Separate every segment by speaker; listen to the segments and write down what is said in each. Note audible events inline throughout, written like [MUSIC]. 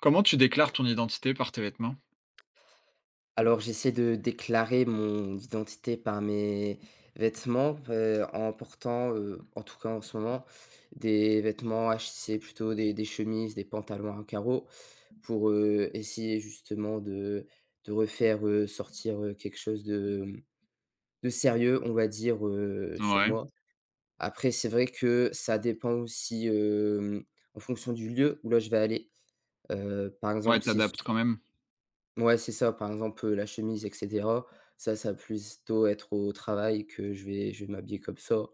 Speaker 1: Comment tu déclares ton identité par tes vêtements?
Speaker 2: Alors, j'essaie de déclarer mon identité par mes vêtements, en portant, en tout cas en ce moment, des vêtements achetés plutôt des chemises, des pantalons à carreaux pour, essayer justement de refaire, sortir, quelque chose de, de sérieux, on va dire, sur
Speaker 1: Ouais,
Speaker 2: moi. Après, c'est vrai que ça dépend aussi, en fonction du lieu où là je vais aller. Par
Speaker 1: ouais,
Speaker 2: exemple, c'est.
Speaker 1: t'adaptes quand même?
Speaker 2: Ouais, c'est ça. Par exemple, la chemise et cetera, ça va plutôt être au travail que je vais m'habiller comme ça.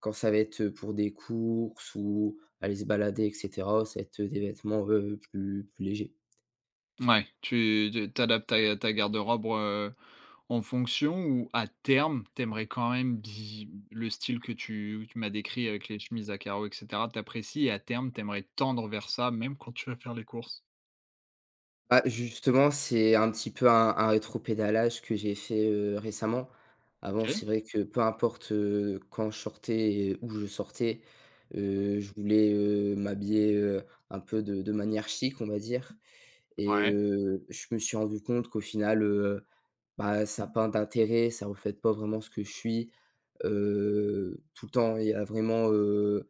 Speaker 2: Quand ça va être, pour des courses ou aller se balader et cetera, ça va être, des vêtements, plus légers.
Speaker 1: Ouais, tu ta garde-robe, en fonction ou à terme, t'aimerais quand même bi le style que tu m'as décrit avec les chemises à carreaux et cetera, tu et à terme, t'aimerais tendre vers ça, même quand tu vas faire les courses?
Speaker 2: Ah justement, c'est un petit peu un rétropédalage que j'ai fait, récemment. Avant,
Speaker 1: OK,
Speaker 2: c'est vrai que peu importe, quand je sortais et où je sortais, je voulais, m'habiller, un peu de manière chic, on va dire. Et
Speaker 1: ouais,
Speaker 2: je me suis rendu compte qu'au final, bah, ça a pas d'intérêt, ça ne reflète pas vraiment ce que je suis. Tout le temps, il y a vraiment,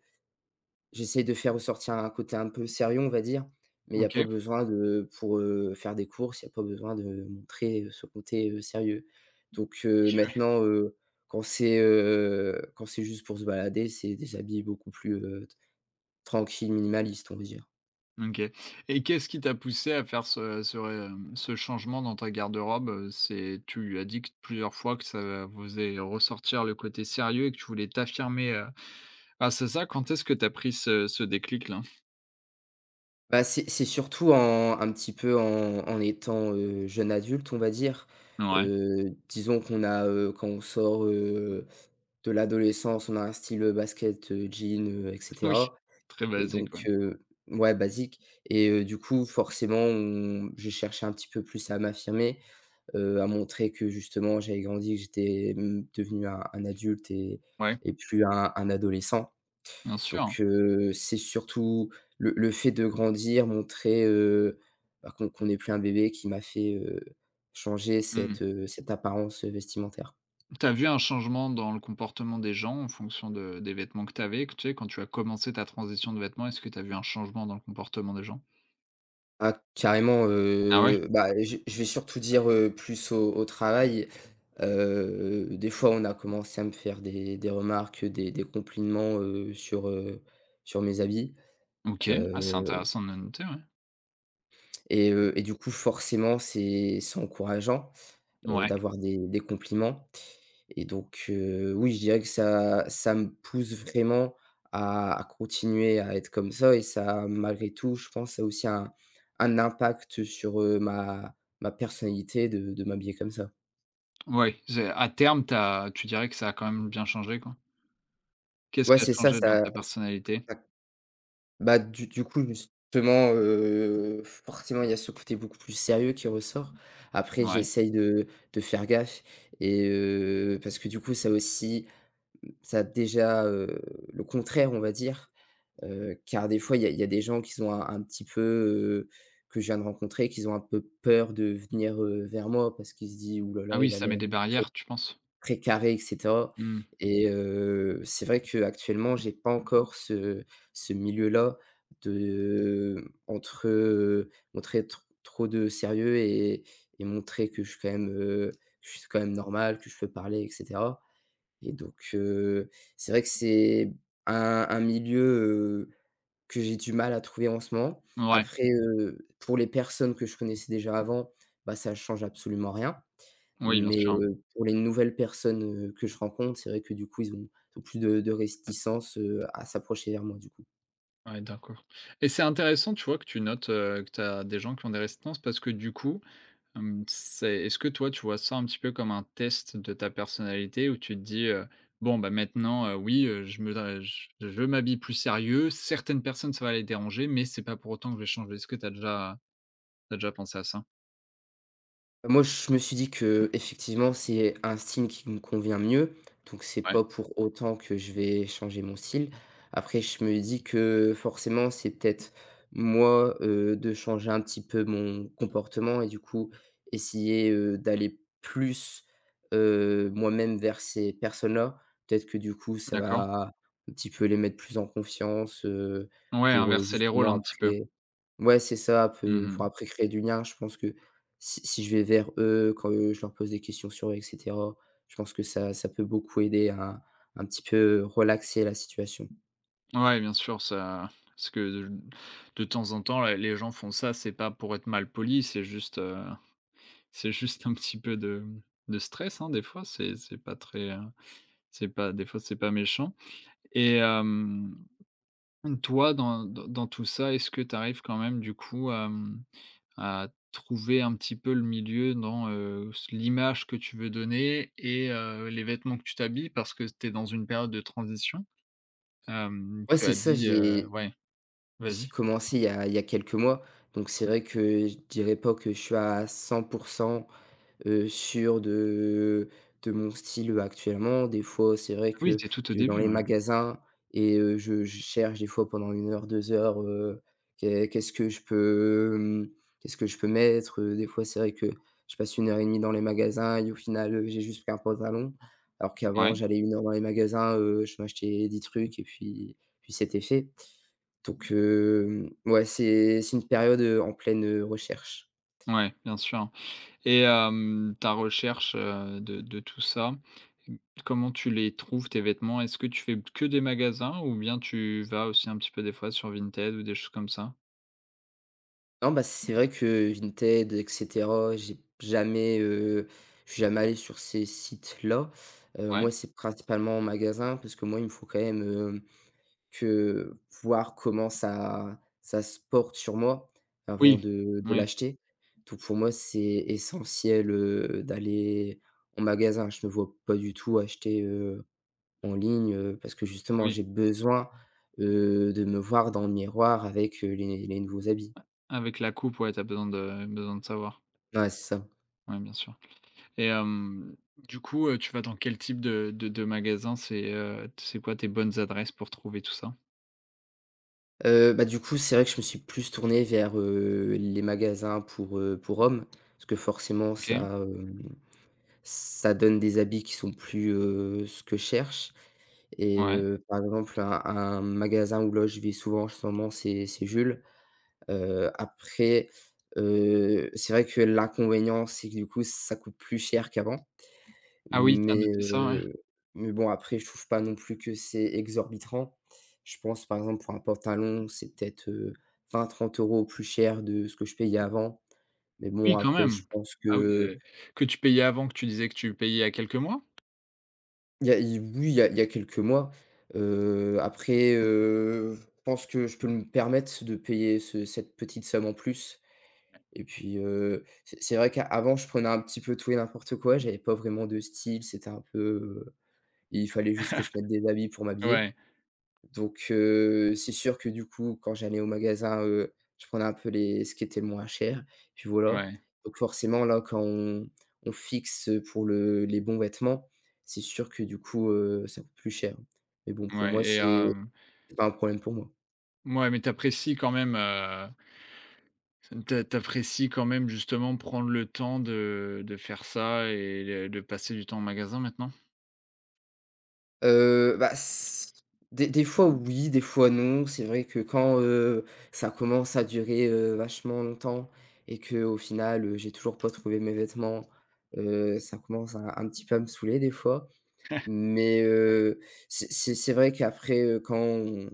Speaker 2: j'essaie de faire ressortir un côté un peu sérieux, on va dire, mais il y a pas
Speaker 1: OK.
Speaker 2: besoin de pour, faire des courses, il y a pas besoin de montrer, ce côté, sérieux. Donc
Speaker 1: [LAUGHS]
Speaker 2: maintenant, quand c'est juste pour se balader, c'est des habits beaucoup plus, tranquilles, minimalistes, on va dire.
Speaker 1: OK, et qu'est-ce qui t'a poussé à faire ce changement dans ta garde-robe, C'est Tu lui as dit q plusieurs fois que ça faisait ressortir le côté sérieux et que tu voulais t'affirmer, ah, c'est ça? Quand est-ce que t'as pris ce déclic-là?
Speaker 2: Bah, c'est surtout en un petit peu en étant, jeune adulte, on va dire.
Speaker 1: Ouais,
Speaker 2: Disons qu'on a, quand on sort, de l'adolescence, on a un style, basket, jean, et
Speaker 1: [LAUGHS] oui,
Speaker 2: cetera.
Speaker 1: très
Speaker 2: Et donc
Speaker 1: basique, ouais.
Speaker 2: ouais, basique. Et du coup, forcément, on j'ai cherché un petit peu plus à m'affirmer, à montrer que justement j'avais grandi, que j'étais, devenu un adulte et
Speaker 1: Ouais,
Speaker 2: plus un adolescent.
Speaker 1: bien
Speaker 2: Donc,
Speaker 1: sûr.
Speaker 2: c'est surtout le fait de grandir, montrer, bah, qu'on n'est plus un bébé qui m'a fait, changer
Speaker 1: Mmh.
Speaker 2: cette apparence, vestimentaire.
Speaker 1: Tu vu un changement dans le comportement des gens en fonction de des vêtements que t'avais, tu sais, quand tu as commencé ta transition de vêtements, est-ce que t'as vu un changement dans le comportement des gens?
Speaker 2: Ah, carrément,
Speaker 1: Ah ouais?
Speaker 2: bah, je vais surtout dire, plus au travail. Des fois, on a commencé à me faire des remarques, des compliments, sur mes habits.
Speaker 1: OK. Ah, c'est
Speaker 2: Heu
Speaker 1: intéressant de le noter, ouais.
Speaker 2: et du coup, forcément, c'est encourageant.
Speaker 1: Ouais.
Speaker 2: D'avoir des compliments. Et donc oui, je dirais que ça ça me pousse vraiment à continuer à être comme ça et ça, malgré tout, je pense, ça a aussi un impact sur, ma personnalité de m'habiller comme ça.
Speaker 1: Ouais, c'est à terme, t'as, tu dirais que ça a quand même bien changé, quoi? Qu'est-ce
Speaker 2: Ouais,
Speaker 1: qui a
Speaker 2: c'est ça.
Speaker 1: changé dans ta personnalité?
Speaker 2: Ça Bah, du coup, justement, forcément, il y a ce côté beaucoup plus sérieux qui ressort. Après,
Speaker 1: Ouais.
Speaker 2: j'essaye de faire gaffe. Et parce que du coup, ça aussi. Ça a déjà, le contraire, on va dire, car des fois, il y a des gens qui sont un petit peu, que je viens de rencontrer, qui ont un peu peur de venir, vers moi parce qu'ils se disent: «Ouh là
Speaker 1: Ah
Speaker 2: là,
Speaker 1: oui,
Speaker 2: il a
Speaker 1: ça met
Speaker 2: l'air
Speaker 1: des
Speaker 2: très
Speaker 1: barrières, tu penses?
Speaker 2: très carré» et cetera.
Speaker 1: Mmh.
Speaker 2: Et c'est vrai qu'actuellement, j'ai pas encore ce milieu-là de, entre, montrer tr trop de sérieux et montrer que je suis quand même, je suis quand même normal, que je peux parler etc. Et donc, c'est vrai que c'est un milieu, heu, que j'ai du mal à trouver en ce moment.
Speaker 1: Ouais,
Speaker 2: Après, pour les personnes que je connaissais déjà avant, bah, ça change absolument rien.
Speaker 1: oui, bien
Speaker 2: Mais,
Speaker 1: sûr.
Speaker 2: pour les nouvelles personnes, que je rencontre, c'est vrai que du coup, ils ont plus de réticences, à s'approcher vers moi, du coup.
Speaker 1: Ouais, d'accord, et c'est intéressant, tu vois, que tu notes, que tu as des gens qui ont des résistances parce que du coup, c'est est-ce que toi, tu vois ça un petit peu comme un test de ta personnalité où tu te dis, «Bon, bah, maintenant, oui, je me da je m'habille plus sérieux, certaines personnes, ça va les déranger, mais c'est pas pour autant que je vais changer». Est-ce que tu as déjà t'as déjà pensé à ça?
Speaker 2: Moi, je me suis dit que effectivement, c'est un style qui me convient mieux, donc c'est
Speaker 1: Ouais,
Speaker 2: pas pour autant que je vais changer mon style. Après, je me dis que forcément, c'est peut-être moi, de changer un petit peu mon comportement et du coup, essayer, d'aller plus, moi-même vers ces personnes-là. Peut-être que du coup, ça
Speaker 1: d'accord.
Speaker 2: va un petit peu les mettre plus en confiance,
Speaker 1: Ouais,
Speaker 2: pour,
Speaker 1: inverser les rôles
Speaker 2: justement
Speaker 1: un petit peu.
Speaker 2: après. Ouais, c'est ça, peu pour
Speaker 1: Mmh.
Speaker 2: après créer du lien, je pense que si je vais vers eux, quand, je leur pose des questions sur eux et cetera, je pense que ça ça peut beaucoup aider à un petit peu relaxer la situation.
Speaker 1: Ouais, bien sûr, ça parce que de de temps en temps, les gens font ça, c'est pas pour être mal poli, c'est juste, [LAUGHS] c'est juste un petit peu de, de stress, hein, des fois, c'est pas très, c'est pas des fois, c'est pas méchant, et toi, dans dans tout ça, est-ce que tu arrives quand même, du coup, à, à trouver un petit peu le milieu dans, s l'image que tu veux donner et les vêtements que tu t'habilles? Parce que tu es dans une période de transition.
Speaker 2: Ouais,
Speaker 1: Tu
Speaker 2: c'est
Speaker 1: as
Speaker 2: ça,
Speaker 1: dit,
Speaker 2: j'ai
Speaker 1: ouais,
Speaker 2: j'ai
Speaker 1: vas-y.
Speaker 2: commencé il y a quelques mois, donc c'est vrai que je dirais pas que je suis à 100% sûr de mon style, actuellement. Des fois, c'est vrai
Speaker 1: Oui,
Speaker 2: que
Speaker 1: tu es tout au
Speaker 2: je vais dans
Speaker 1: début,
Speaker 2: les
Speaker 1: ouais.
Speaker 2: magasins et je cherche des fois pendant une heure, 2 heures, qu'est-ce que je peux, hem, qu'est-ce que je peux mettre? Des fois, c'est vrai que je passe une heure et demie dans les magasins et au final, j'ai juste pris un pantalon. Alors qu'avant,
Speaker 1: Ouais,
Speaker 2: j'allais une heure dans les magasins, je m'achetais 10 trucs et puis c'était fait. Donc ouais, c'est une période, en pleine, recherche.
Speaker 1: ouais, bien sûr, et ta recherche, de tout ça, mmh, comment tu les trouves, tes vêtements? Est-ce que tu fais que des magasins ou bien tu vas aussi un petit peu des fois sur Vinted ou des choses comme ça?
Speaker 2: Non, bah, c'est vrai que Vinted et cetera, j'ai jamais, je suis jamais allé sur ces sites-là.
Speaker 1: Ouais.
Speaker 2: Moi, c'est principalement en magasin parce que moi, il me faut quand même, que voir comment ça ça se porte sur moi avant
Speaker 1: Oui,
Speaker 2: de
Speaker 1: oui,
Speaker 2: l'acheter. Donc pour moi, c'est essentiel, d'aller en magasin. Je ne vois pas du tout acheter, en ligne, parce que justement,
Speaker 1: oui,
Speaker 2: j'ai besoin, de me voir dans le miroir avec, les nouveaux habits.
Speaker 1: avec la coupe, ouais, tu as besoin de savoir.
Speaker 2: Ouais, c'est ça.
Speaker 1: Ouais, bien sûr, et du coup, tu vas dans quel type de magasin? C'est, t c'est quoi tes bonnes adresses pour trouver tout ça?
Speaker 2: Bah, du coup, c'est vrai que je me suis plus tourné vers, les magasins pour hommes. Parce que forcément
Speaker 1: OK,
Speaker 2: ça donne des habits qui sont plus, ce que je cherche. Et
Speaker 1: ouais.
Speaker 2: par exemple un magasin où là je vais souvent en ce moment, c'est Jules. Après, c'est vrai que l'inconvénient, c'est que du coup ça coûte plus cher qu'avant.
Speaker 1: Ah oui, tu as
Speaker 2: Mais
Speaker 1: noté ça, ouais.
Speaker 2: heu, mais bon après je trouve pas non plus que c'est exorbitant. Je pense par exemple pour un pantalon, c'est peut-être, 20-30 € plus cher de ce que je payais avant. Mais
Speaker 1: Oui,
Speaker 2: bon
Speaker 1: quand
Speaker 2: après je
Speaker 1: même.
Speaker 2: pense
Speaker 1: Ah oui,
Speaker 2: que
Speaker 1: que tu payais avant, que tu disais que tu payais il y a quelques mois?
Speaker 2: il y a il oui, il y a quelques mois, après, je pense que je peux me permettre de payer ce cette petite somme en plus et puis, c'est vrai qu'avant je prenais un petit peu tout et n'importe quoi, j'avais pas vraiment de style, c'était un peu, il fallait juste que je mette des habits pour m'habiller.
Speaker 1: Ouais,
Speaker 2: Donc, c'est sûr que du coup, quand j'allais au magasin, je prenais un peu les ce qui était le moins cher, puis voilà.
Speaker 1: ouais,
Speaker 2: Donc forcément là, quand on fixe, pour le les bons vêtements, c'est sûr que du coup, ça coûte plus cher. Mais bon, pour
Speaker 1: ouais,
Speaker 2: moi,
Speaker 1: et
Speaker 2: c'est c'est pas un problème pour moi.
Speaker 1: mouais, mais tu apprécies quand même, tu apprécies quand même justement prendre le temps de faire ça et de passer du temps en magasin maintenant?
Speaker 2: Bah, s des fois oui, des fois non. C'est vrai que quand, ça commence à durer, vachement longtemps et que au final, j'ai toujours pas trouvé mes vêtements, ça commence à un petit peu à me saouler des fois. Mais c'est vrai qu'après,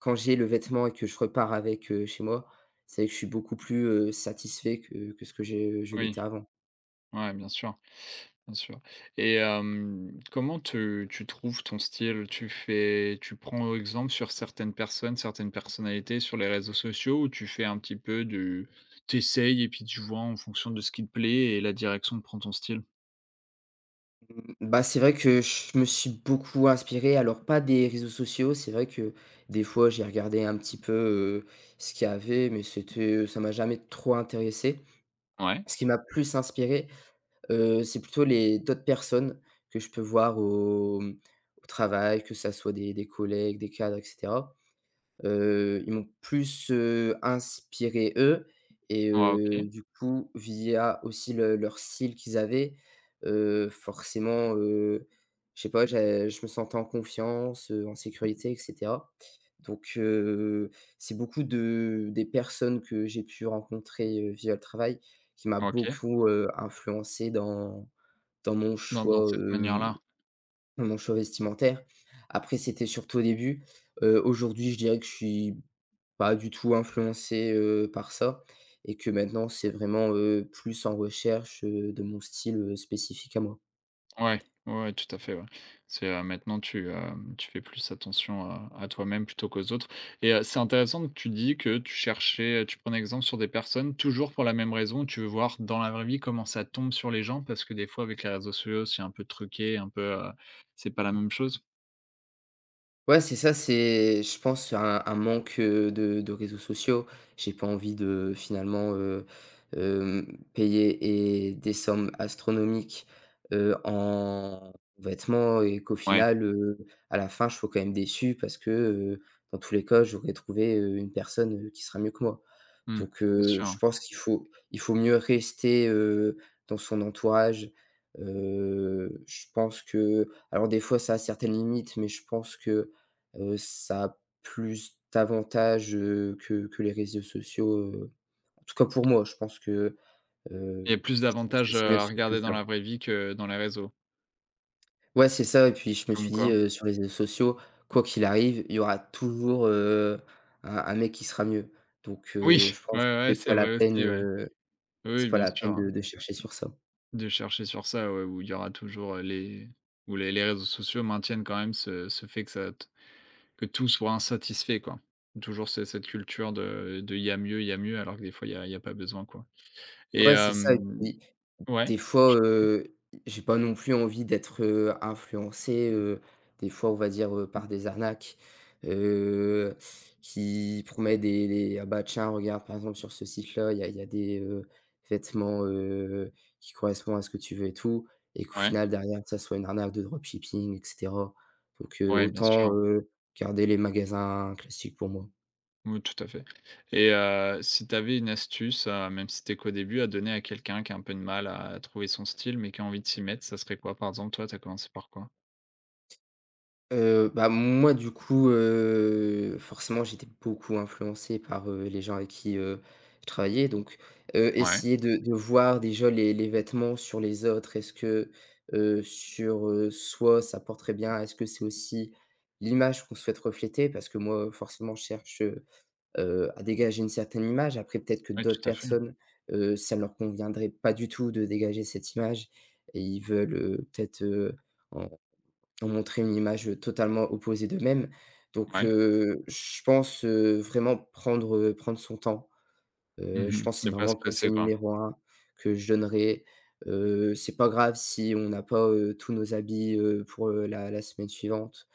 Speaker 2: quand j'ai le vêtement et que je repars avec, chez moi, c'est vrai que je suis beaucoup plus, satisfait que ce que j'ai, je
Speaker 1: Oui.
Speaker 2: l'étais avant.
Speaker 1: Ouais, bien sûr, bien sûr, et comment te tu trouves ton style? Tu prends exemple sur certaines personnes, certaines personnalités sur les réseaux sociaux, ou tu fais un petit peu de tu et puis tu vois en fonction de ce qui te plaît et la direction que prend ton style?
Speaker 2: Mmh, Bah, c'est vrai que je me suis beaucoup inspiré, alors pas des réseaux sociaux. C'est vrai que des fois j'ai regardé un petit peu, ce qu'il y avait, mais c'était, ça m'a jamais trop intéressé.
Speaker 1: Ouais,
Speaker 2: Ce qui m'a plus inspiré, c'est plutôt les d'autres personnes que je peux voir au travail, que ça soit des collègues, des cadres etc. Ils m'ont plus, inspiré eux. Et
Speaker 1: ouais, OK,
Speaker 2: du coup via aussi le leur style qu'ils avaient, forcément, je sais pas, j'a je me sentais en confiance, en sécurité et cetera. Donc c'est beaucoup de des personnes que j'ai pu rencontrer, via le travail qui m'a
Speaker 1: OK,
Speaker 2: beaucoup, influencé dans mon
Speaker 1: dans
Speaker 2: choix,
Speaker 1: cette
Speaker 2: hem,
Speaker 1: manière-là.
Speaker 2: dans mon choix vestimentaire. Après c'était surtout au début, aujourd'hui je dirais que je suis pas du tout influencé, par ça et que maintenant c'est vraiment, plus en recherche, de mon style, spécifique à moi.
Speaker 1: Ouais, ouais, ouais, tout à fait, ouais. C'est, maintenant tu, tu fais plus attention à toi-même plutôt qu'aux autres, et c'est intéressant que tu dis que tu cherchais, tu prends un exemple sur des personnes toujours pour la même raison, tu veux voir dans la vraie vie comment ça tombe sur les gens, parce que des fois avec les réseaux sociaux, c'est un peu truqué, un peu, c'est pas la même chose?
Speaker 2: Ouais, c'est ça, c'est je pense un manque, de réseaux sociaux. J'ai pas envie de finalement, payer et des sommes astronomiques, en vêtements et qu'au
Speaker 1: Ouais,
Speaker 2: final, à la fin, je sois quand même déçu parce que, dans tous les cas, j'aurais trouvé, une personne, qui sera mieux que moi.
Speaker 1: mmh,
Speaker 2: Donc
Speaker 1: bien
Speaker 2: je
Speaker 1: sûr.
Speaker 2: pense qu'il faut mieux rester, dans son entourage. Je pense que alors des fois, ça a certaines limites, mais je pense que ça a plus d'avantages, que les réseaux sociaux, en tout cas pour moi.
Speaker 1: Il
Speaker 2: Heu,
Speaker 1: y a plus
Speaker 2: je pense que
Speaker 1: d'avantages,
Speaker 2: c'est mieux de
Speaker 1: à
Speaker 2: faire comme
Speaker 1: regarder dans
Speaker 2: ça.
Speaker 1: la vraie vie que dans les réseaux,
Speaker 2: Ouais, c'est ça et puis je me
Speaker 1: comme
Speaker 2: suis dit,
Speaker 1: quoi.
Speaker 2: sur les réseaux sociaux, quoi qu'il arrive, il y aura toujours, un mec qui sera mieux. Donc,
Speaker 1: Oui,
Speaker 2: je
Speaker 1: [LAUGHS] ouais,
Speaker 2: pense que
Speaker 1: ouais, c'est vrai aussi, ouais. Oui,
Speaker 2: c'est
Speaker 1: oui,
Speaker 2: pas
Speaker 1: bien
Speaker 2: la
Speaker 1: sûr,
Speaker 2: peine
Speaker 1: ouais.
Speaker 2: de chercher sur ça.
Speaker 1: De chercher sur ça, ouais, où il y aura toujours, les où les réseaux sociaux maintiennent quand même ce fait que ça t que tout soit insatisfait, quoi. Toujours ce cette culture de il y a mieux, il y a mieux, alors que des fois il y a pas besoin, quoi. Et
Speaker 2: Ouais, c'est ça et
Speaker 1: hem
Speaker 2: puis
Speaker 1: ouais,
Speaker 2: des fois,
Speaker 1: j
Speaker 2: j'ai pas non plus envie d'être, influencé, des fois, on va dire, par des arnaques, heu, qui promettent des: «Ah bah tiens, regarde, par exemple, sur ce site-là, il y a des, vêtements, qui correspondent à ce que tu veux et tout», et qu'au
Speaker 1: ouais,
Speaker 2: final, derrière, ça soit une arnaque de dropshipping et cetera. Donc,
Speaker 1: ouais, bien
Speaker 2: autant,
Speaker 1: sûr.
Speaker 2: garder les magasins classiques pour moi.
Speaker 1: Oui, tout à fait. Et si tu avais une astuce, même si t'es qu'au début, à donner à quelqu'un qui a un peu de mal à trouver son style, mais qui a envie de s'y mettre, ça serait quoi? Par exemple, toi, tu as commencé par quoi?
Speaker 2: Bah, moi, du coup, forcément, j'étais beaucoup influencé par, les gens avec qui, je travaillais. Donc,
Speaker 1: Ouais,
Speaker 2: essayer de voir déjà les vêtements sur les autres. Est-ce que, sur, soi, ça porte très bien? Est-ce que c'est aussi l'image qu'on souhaite refléter? Parce que moi, forcément, je cherche, à dégager une certaine image. Après, peut-être que
Speaker 1: ouais,
Speaker 2: d'autres
Speaker 1: tout à fait.
Speaker 2: personnes, ça ne leur conviendrait pas du tout de dégager cette image et ils veulent, peut-être, ont montré une image, totalement opposée d'eux-mêmes. Donc,
Speaker 1: Ouais.
Speaker 2: je pense, vraiment prendre son temps. Je
Speaker 1: Mmh.
Speaker 2: pense
Speaker 1: Ne
Speaker 2: c'est
Speaker 1: pas
Speaker 2: vraiment
Speaker 1: se
Speaker 2: le
Speaker 1: presser,
Speaker 2: conseil
Speaker 1: quoi.
Speaker 2: numéro un que je donnerais. C'est pas grave si on n'a pas, tous nos habits, pour, la semaine suivante.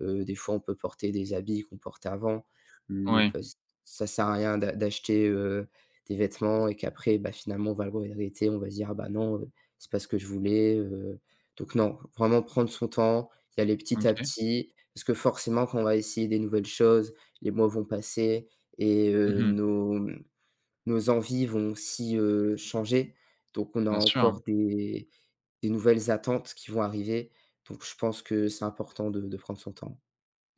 Speaker 2: Des fois, on peut porter des habits qu'on portait avant. Le
Speaker 1: Oui,
Speaker 2: parce Ça sert à rien d'acheter, des vêtements et qu'après, bah, finalement, on va le regretter. On va se dire: «Ah bah, non, c'est pas ce que je voulais», donc non, vraiment prendre son temps, y aller petit à
Speaker 1: OK.
Speaker 2: petit parce que forcément, quand on va essayer des nouvelles choses, les mois vont passer et
Speaker 1: Mmh.
Speaker 2: nos envies vont aussi, changer, donc on a
Speaker 1: Bien sûr.
Speaker 2: encore des nouvelles attentes qui vont arriver, donc je pense que c'est important de prendre son temps.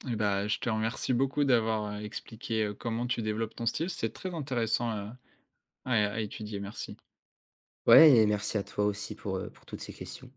Speaker 1: Eh ben, je te remercie beaucoup d'avoir, expliqué, comment tu développes ton style. C'est très intéressant, à étudier. Merci.
Speaker 2: Ouais et merci à toi aussi pour toutes ces questions.